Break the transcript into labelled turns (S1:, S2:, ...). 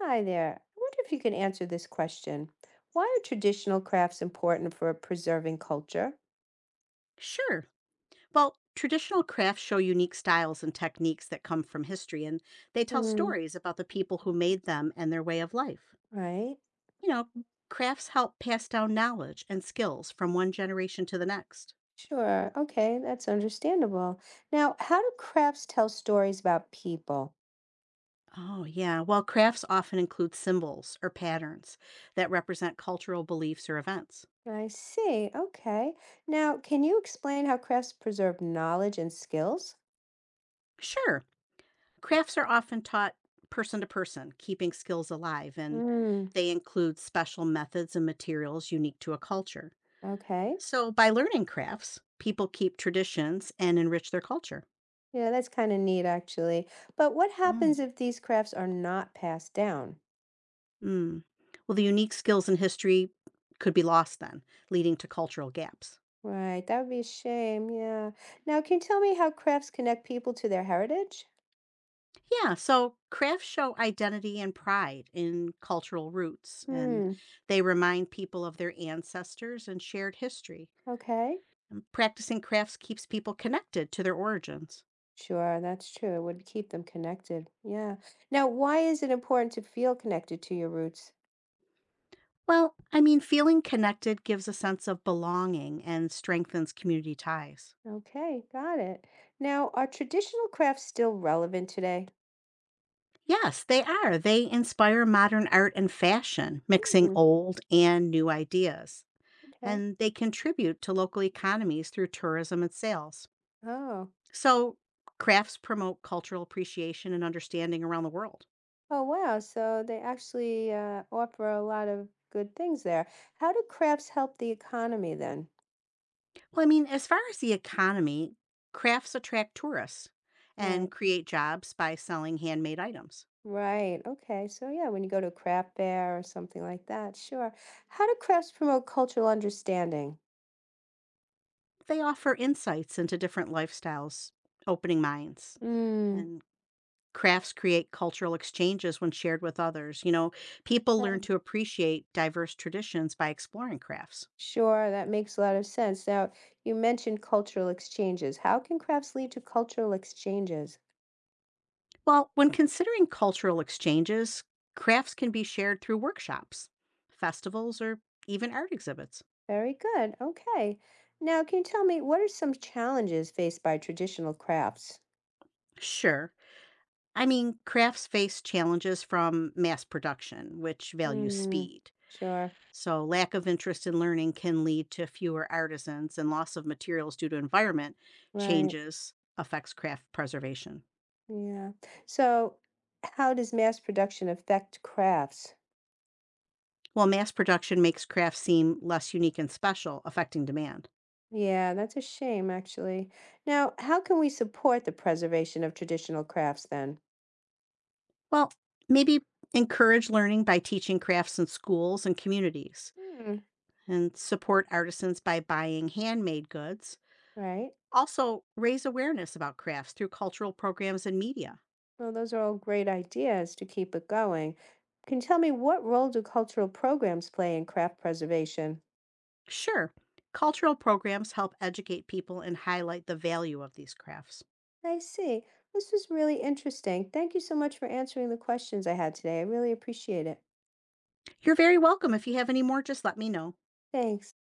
S1: Hi there. I wonder if you can answer this question. Why are traditional crafts important for preserving culture?
S2: Sure. Well, traditional crafts show unique styles and techniques that come from history, and they tell
S1: Mm,
S2: stories about the people who made them and their way of life.
S1: right.
S2: You know, crafts help pass down knowledge and skills from one generation to the next.
S1: Sure. Okay, that's understandable. Now, how do crafts tell stories about people?
S2: Oh, yeah. Well, crafts often include symbols or patterns that represent cultural beliefs or events.
S1: I see. Okay. Now, can you explain how crafts preserve knowledge and skills?
S2: Sure. Crafts are often taught person to person, keeping skills alive, and
S1: Mm,
S2: they include special methods and materials unique to a culture.
S1: okay.
S2: So, by learning crafts, people keep traditions and enrich their culture.
S1: Yeah, that's kind of neat, actually. But what
S2: Mm.
S1: happens if these crafts are not passed down?
S2: Mm. Well, the unique skills in history could be lost then, leading to cultural gaps.
S1: Right, that would be a shame, yeah. Now, can you tell me how crafts connect people to their heritage?
S2: Yeah, so crafts show identity and pride in cultural roots, and
S1: Hmm,
S2: they remind people of their ancestors and shared history.
S1: okay.
S2: Practicing crafts keeps people connected to their origins.
S1: Sure, that's true. It would keep them connected. Yeah. Now, why is it important to feel connected to your roots?
S2: Well, I mean, feeling connected gives a sense of belonging and strengthens community ties.
S1: Okay, got it. Now, are traditional crafts still relevant today?
S2: Yes, they are. They inspire modern art and fashion, mixing
S1: Hmm,
S2: old and new ideas.
S1: okay.
S2: And they contribute to local economies through tourism and sales.
S1: Oh,
S2: So, crafts promote cultural appreciation and understanding around the world.
S1: oh, wow. So they actually offer a lot of good things there. How do crafts help the economy then?
S2: Well, I mean, as far as the economy, crafts attract tourists and
S1: Right.
S2: create jobs by selling handmade items.
S1: Right. Okay. So yeah, when you go to a craft fair or something like that, sure. How do crafts promote cultural understanding?
S2: They offer insights into different lifestyles, opening minds.
S1: Mm.
S2: And crafts create cultural exchanges when shared with others. People learn to
S1: Mm.
S2: appreciate diverse traditions by exploring crafts.
S1: Sure, that makes a lot of sense. Now, you mentioned cultural exchanges. How can crafts lead to cultural exchanges?
S2: Well, when considering cultural exchanges, crafts can be shared through workshops, festivals, or even art exhibits.
S1: Very good. Okay. Now, can you tell me what are some challenges faced by traditional crafts?
S2: Sure. I mean, crafts face challenges from mass production, which values
S1: Mm,
S2: speed.
S1: sure.
S2: So, lack of interest in learning can lead to fewer artisans, and loss of materials due to environment
S1: Right.
S2: changes affects craft preservation.
S1: Yeah. So, how does mass production affect crafts?
S2: While mass production makes crafts seem less unique and special, affecting demand.
S1: Yeah, that's a shame, actually. Now, how can we support the preservation of traditional crafts then?
S2: Well, maybe encourage learning by teaching crafts in schools and communities,
S1: Hmm,
S2: and support artisans by buying handmade goods.
S1: right.
S2: Also, raise awareness about crafts through cultural programs and media.
S1: Well, those are all great ideas to keep it going. Can you tell me what role do cultural programs play in craft preservation?
S2: Sure, cultural programs help educate people and highlight the value of these crafts.
S1: I see. This was really interesting. Thank you so much for answering the questions I had today. I really appreciate it.
S2: You're very welcome. If you have any more, just let me know.
S1: Thanks.